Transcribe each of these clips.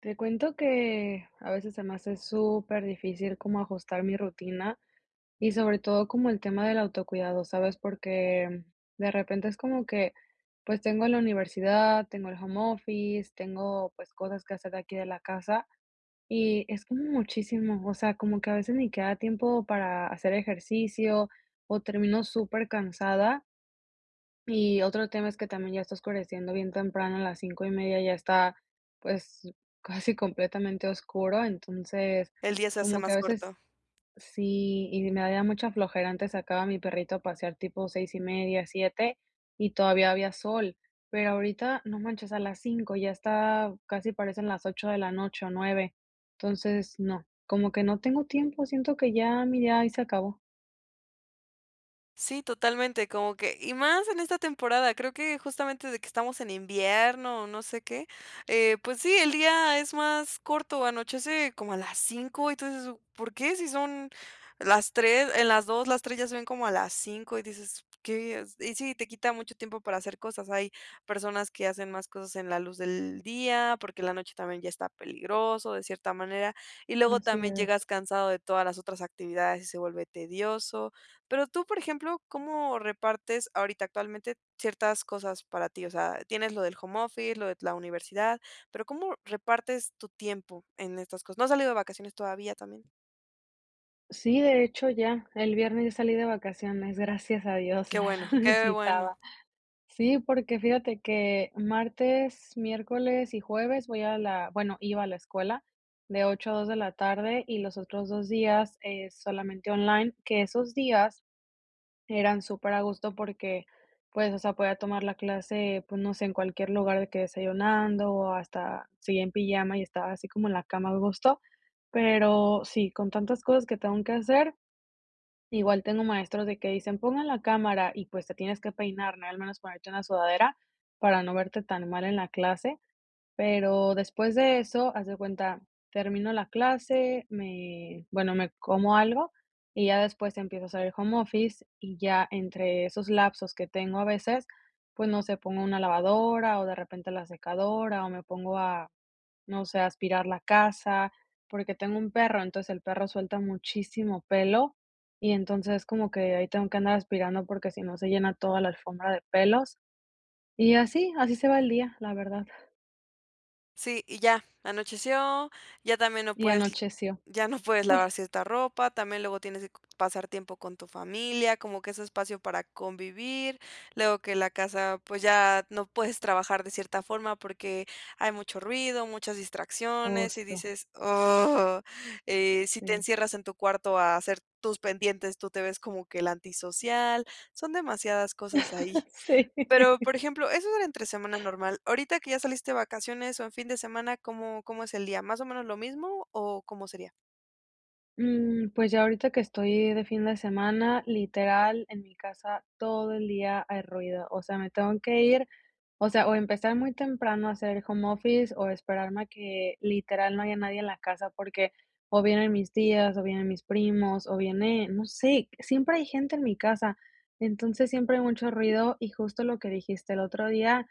Te cuento que a veces se me hace súper difícil como ajustar mi rutina y sobre todo como el tema del autocuidado, ¿sabes? Porque de repente es como que pues tengo la universidad, tengo el home office, tengo pues cosas que hacer de aquí de la casa y es como muchísimo, o sea, como que a veces ni queda tiempo para hacer ejercicio o termino súper cansada y otro tema es que también ya está oscureciendo bien temprano, a las cinco y media ya está, pues, casi completamente oscuro. Entonces, El día se hace como que más a veces corto. sí, y me da mucha flojera. Antes sacaba a mi perrito a pasear tipo seis y media 7 y todavía había sol, pero ahorita, no manches, a las 5 ya está, casi parecen las 8 de la noche o 9. Entonces, no, como que no tengo tiempo, siento que ya mi día ahí se acabó. Sí, totalmente, como que y más en esta temporada, creo que justamente de que estamos en invierno, o no sé qué, pues sí, el día es más corto, anochece como a las 5 y tú dices: "¿Por qué? Si son las 3, en las 2 las 3 ya se ven como a las 5 y dices: "¿Qué es?". Y sí, te quita mucho tiempo para hacer cosas. Hay personas que hacen más cosas en la luz del día, porque la noche también ya está peligroso de cierta manera, y luego Así también llegas es. cansado de todas las otras actividades y se vuelve tedioso. Pero tú, por ejemplo, ¿cómo repartes ahorita actualmente ciertas cosas para ti? O sea, tienes lo del home office, lo de la universidad, pero ¿cómo repartes tu tiempo en estas cosas? ¿No has salido de vacaciones todavía también? Sí, de hecho, ya. El viernes yo salí de vacaciones, gracias a Dios, Qué la bueno, qué bueno. necesitaba. Sí, porque fíjate que martes, miércoles y jueves voy a la bueno, iba a la escuela de 8 a 2 de la tarde y los otros 2 días, solamente online, que esos días eran súper a gusto porque, pues, o sea, podía tomar la clase, pues, no sé, en cualquier lugar de que desayunando o hasta seguía en pijama y estaba así como en la cama a gusto. Pero sí, con tantas cosas que tengo que hacer, igual tengo maestros de que dicen: "Pongan la cámara", y, pues, te tienes que peinar, ¿no? Al menos ponerte una sudadera para no verte tan mal en la clase, pero después de eso, haz de cuenta, termino la clase, me bueno, me como algo y ya después empiezo a hacer el home office y ya entre esos lapsos que tengo a veces, pues, no sé, pongo una lavadora o de repente la secadora o me pongo a no sé, aspirar la casa, porque tengo un perro, entonces el perro suelta muchísimo pelo y entonces como que ahí tengo que andar aspirando porque si no se llena toda la alfombra de pelos y así, así se va el día, la verdad. Sí, y ya, anocheció, ya también no Y puedes anocheció. ya no puedes Sí, lavar cierta ropa, también luego tienes que pasar tiempo con tu familia, como que es espacio para convivir, luego que la casa, pues ya no puedes trabajar de cierta forma porque hay mucho ruido, muchas distracciones y justo, dices, oh, si te sí. encierras en tu cuarto a hacer tus pendientes, tú te ves como que el antisocial, son demasiadas cosas ahí. Sí. Pero, por ejemplo, eso era entre semana normal. Ahorita que ya saliste de vacaciones o en fin de semana, ¿cómo cómo es el día? ¿Más o menos lo mismo o cómo sería? Pues ya ahorita que estoy de fin de semana, literal, en mi casa todo el día hay ruido. O sea, me tengo que ir, o sea, o empezar muy temprano a hacer el home office o esperarme a que literal no haya nadie en la casa porque o vienen mis tías, o vienen mis primos, o viene, no sé, siempre hay gente en mi casa. Entonces siempre hay mucho ruido y justo lo que dijiste el otro día,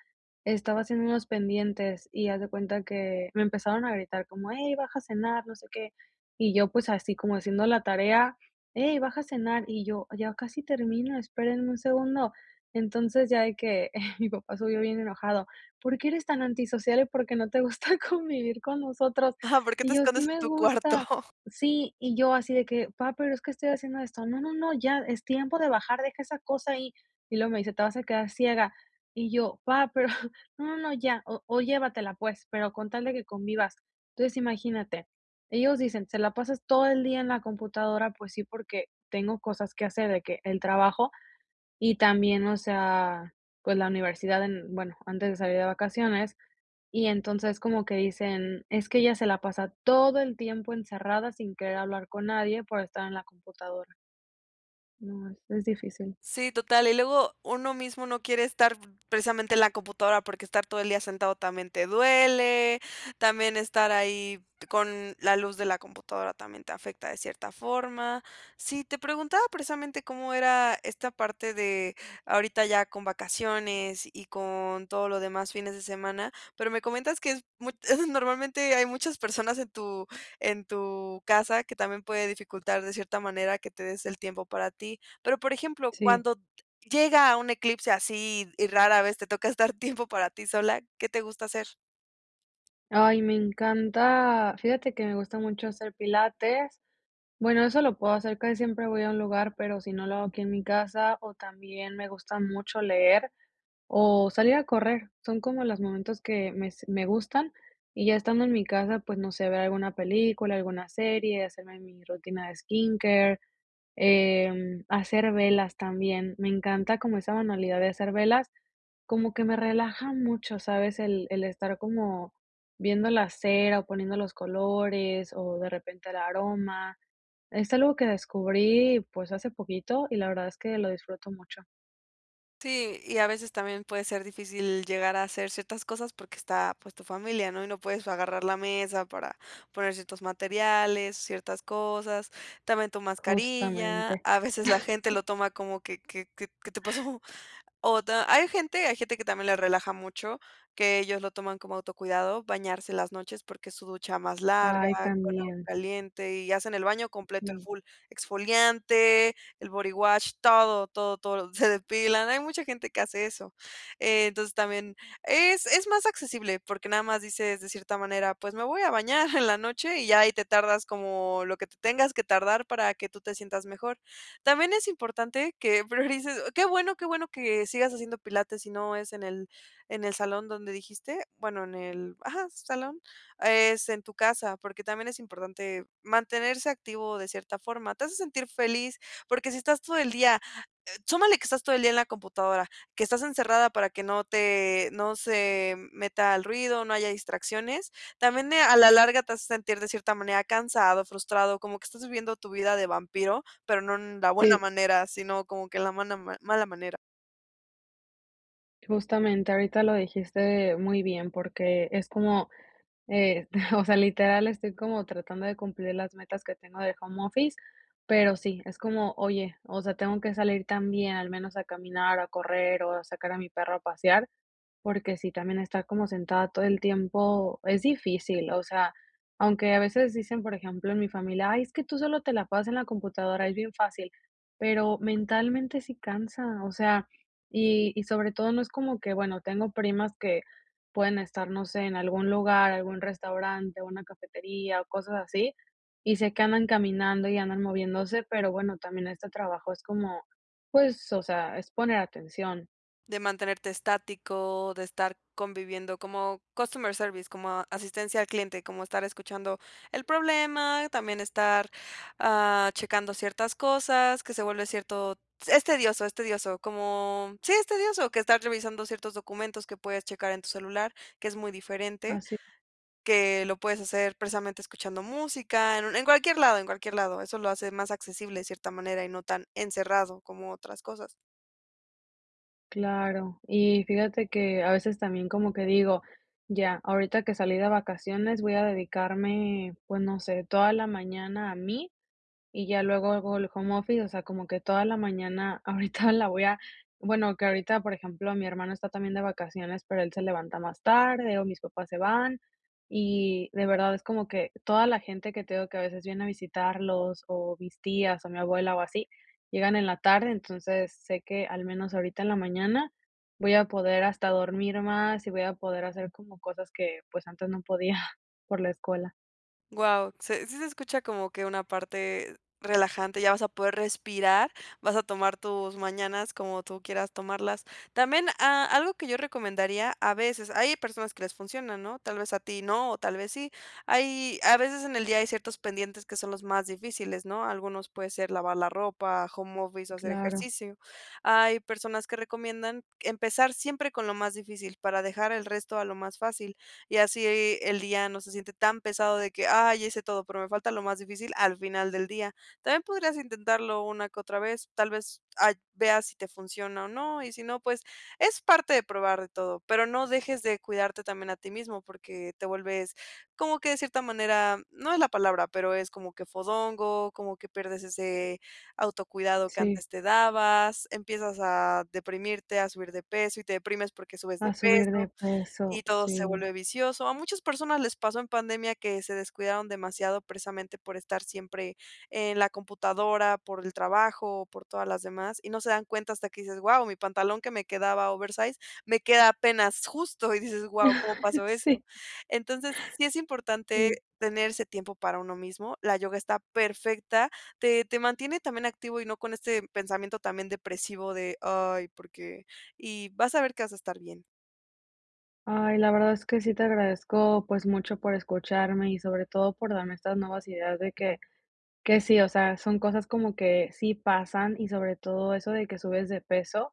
estaba haciendo unos pendientes y haz de cuenta que me empezaron a gritar como, hey, baja a cenar, no sé qué. Y yo, pues, así como haciendo la tarea: "Hey, baja a cenar", y yo: "Ya casi termino, espérenme un segundo". Entonces, ya de que mi papá subió bien enojado: "¿Por qué eres tan antisocial y por qué no te gusta convivir con nosotros?". Ah, ¿por qué te Y yo: "Sí escondes en me tu cuarto? gusta". Sí, y yo así de que: papá pero es que estoy haciendo esto". "No, no, no, ya es tiempo de bajar, deja esa cosa ahí". Y luego me dice: "Te vas a quedar ciega". Y yo: papá pero no, no, no, ya, o llévatela, pues, pero con tal de que convivas". Entonces, imagínate. Ellos dicen: "¿Se la pasas todo el día en la computadora?". Pues sí, porque tengo cosas que hacer, de que el trabajo y también, o sea, pues la universidad en bueno, antes de salir de vacaciones, y entonces como que dicen: "Es que ella se la pasa todo el tiempo encerrada sin querer hablar con nadie por estar en la computadora". No, es difícil. Sí, total. Y luego uno mismo no quiere estar precisamente en la computadora porque estar todo el día sentado también te duele, también estar ahí con la luz de la computadora también te afecta de cierta forma. Sí, te preguntaba precisamente cómo era esta parte de ahorita ya con vacaciones y con todo lo demás fines de semana, pero me comentas que es normalmente hay muchas personas en tu casa que también puede dificultar de cierta manera que te des el tiempo para ti. Pero, por ejemplo, Sí. cuando llega un eclipse así y rara vez te toca estar tiempo para ti sola, ¿qué te gusta hacer? Ay, me encanta fíjate que me gusta mucho hacer pilates. Bueno, eso lo puedo hacer, casi siempre voy a un lugar, pero si no lo hago aquí en mi casa, o también me gusta mucho leer o salir a correr. Son como los momentos que me gustan, y ya estando en mi casa, pues, no sé, ver alguna película, alguna serie, hacerme mi rutina de skincare, hacer velas también. Me encanta como esa manualidad de hacer velas, como que me relaja mucho, ¿sabes? El estar como viendo la cera, o poniendo los colores, o de repente el aroma. Es algo que descubrí, pues, hace poquito y la verdad es que lo disfruto mucho. Sí, y a veces también puede ser difícil llegar a hacer ciertas cosas porque está, pues, tu familia, ¿no? Y no puedes agarrar la mesa para poner ciertos materiales, ciertas cosas, también tu mascarilla, Justamente. a veces la gente lo Sí. toma como que, ¿qué te pasó? O ta hay gente que también le relaja mucho, que ellos lo toman como autocuidado, bañarse las noches, porque es su ducha más larga, Ay, con agua también. caliente, y hacen el baño completo, el Sí. full exfoliante, el body wash, todo, todo, todo, se depilan. Hay mucha gente que hace eso. Entonces, también es más accesible, porque nada más dices de cierta manera: "Pues, me voy a bañar en la noche", y ya ahí te tardas como lo que te tengas que tardar para que tú te sientas mejor. También es importante que priorices "Oh, qué bueno que sigas haciendo pilates y no es en el salón donde dijiste, bueno, en el ajá, salón, es en tu casa, porque también es importante mantenerse activo de cierta forma. Te hace sentir feliz, porque si estás todo el día súmale que estás todo el día en la computadora, que estás encerrada para que no se meta el ruido, no haya distracciones, también, a la larga te hace sentir de cierta manera cansado, frustrado, como que estás viviendo tu vida de vampiro, pero no en la buena Sí, manera, sino como que en la mana ma mala manera. justamente, ahorita lo dijiste muy bien, porque es como, eh, o sea, literal, estoy como tratando de cumplir las metas que tengo de home office, pero sí, es como, oye, o sea, tengo que salir también, al menos a caminar, a correr o a sacar a mi perro a pasear. Porque sí, también estar como sentada todo el tiempo es difícil, o sea, aunque a veces dicen, por ejemplo, en mi familia: "Ay, es que tú solo te la pasas en la computadora, es bien fácil", pero mentalmente sí cansa, o sea, y sobre todo no es como que, bueno, tengo primas que pueden estar, no sé, en algún lugar, algún restaurante, una cafetería o cosas así, y sé que andan caminando y andan moviéndose, pero bueno, también este trabajo es como, pues, o sea, es poner atención. De mantenerte estático, de estar conviviendo como customer service, como asistencia al cliente, como estar escuchando el problema, también estar, checando ciertas cosas, que se vuelve cierto es tedioso, como sí, es tedioso, que estar revisando ciertos documentos que puedes checar en tu celular, que es muy diferente, que lo puedes hacer precisamente escuchando música, en un en cualquier lado, en cualquier lado. Eso lo hace más accesible de cierta manera y no tan encerrado como otras cosas. Claro, y fíjate que a veces también como que digo, ya, ahorita que salí de vacaciones voy a dedicarme, pues no sé, toda la mañana a mí y ya luego hago el home office, o sea, como que toda la mañana, ahorita la voy a bueno, que ahorita, por ejemplo, mi hermano está también de vacaciones, pero él se levanta más tarde, o mis papás se van, y de verdad es como que toda la gente que tengo que a veces viene a visitarlos, o mis tías, o mi abuela, o así, llegan en la tarde, entonces sé que al menos ahorita en la mañana voy a poder hasta dormir más y voy a poder hacer como cosas que, pues, antes no podía por la escuela. Wow, se sí se escucha como que una parte relajante, ya vas a poder respirar, vas a tomar tus mañanas como tú quieras tomarlas. También, algo que yo recomendaría a veces, hay personas que les funciona, ¿no? Tal vez a ti no, o tal vez sí. Hay a veces en el día hay ciertos pendientes que son los más difíciles, ¿no? Algunos puede ser lavar la ropa, home office o hacer Claro, ejercicio. Hay personas que recomiendan empezar siempre con lo más difícil para dejar el resto a lo más fácil y así el día no se siente tan pesado de que, ah, ya hice todo, pero me falta lo más difícil al final del día. También podrías intentarlo una que otra vez, tal vez veas si te funciona o no, y si no, pues es parte de probar de todo, pero no dejes de cuidarte también a ti mismo porque te vuelves como que de cierta manera, no es la palabra, pero es como que fodongo, como que pierdes ese autocuidado que sí. antes te dabas, empiezas a deprimirte, a subir de peso y te deprimes porque subes de A subir de peso peso, y todo se sí. vuelve vicioso. A muchas personas les pasó en pandemia que se descuidaron demasiado precisamente por estar siempre en la computadora, por el trabajo, por todas las demás, y no se dan cuenta hasta que dices: "Guau, mi pantalón que me quedaba oversize me queda apenas justo", y dices: "Guau, ¿cómo pasó eso?". Sí, Entonces, sí es importante sí. tener ese tiempo para uno mismo. La yoga está perfecta, te mantiene también activo y no con este pensamiento también depresivo de: "Ay, ¿por qué?". Y vas a ver que vas a estar bien. Ay, la verdad es que sí te agradezco, pues, mucho por escucharme y sobre todo por darme estas nuevas ideas de que sí, o sea, son cosas como que sí pasan y sobre todo eso de que subes de peso.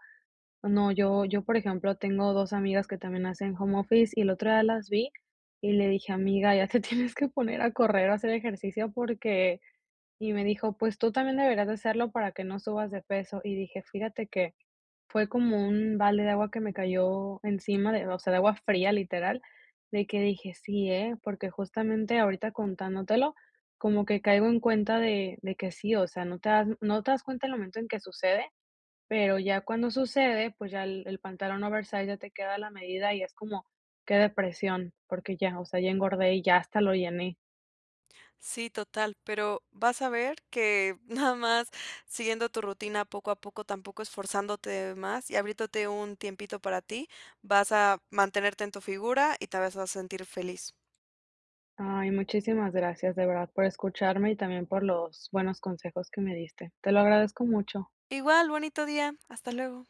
No, yo, por ejemplo, tengo 2 amigas que también hacen home office y el otro día las vi y le dije: "Amiga, ya te tienes que poner a correr o hacer ejercicio porque" y me dijo: "Pues tú también deberías de hacerlo para que no subas de peso", y dije: "Fíjate que Fue como un balde de agua que me cayó encima de o sea, de agua fría, literal, de que dije: "Sí, ¿eh?", porque justamente ahorita contándotelo, como que caigo en cuenta de que sí, o sea, no te das cuenta el momento en que sucede, pero ya cuando sucede, pues ya el pantalón oversize ya te queda a la medida y es como, qué depresión, porque ya, o sea, ya engordé y ya hasta lo llené. Sí, total, pero vas a ver que nada más siguiendo tu rutina poco a poco, tampoco esforzándote más y abriéndote un tiempito para ti, vas a mantenerte en tu figura y te vas a sentir feliz. Ay, muchísimas gracias, de verdad, por escucharme y también por los buenos consejos que me diste. Te lo agradezco mucho. Igual, bonito día. Hasta luego.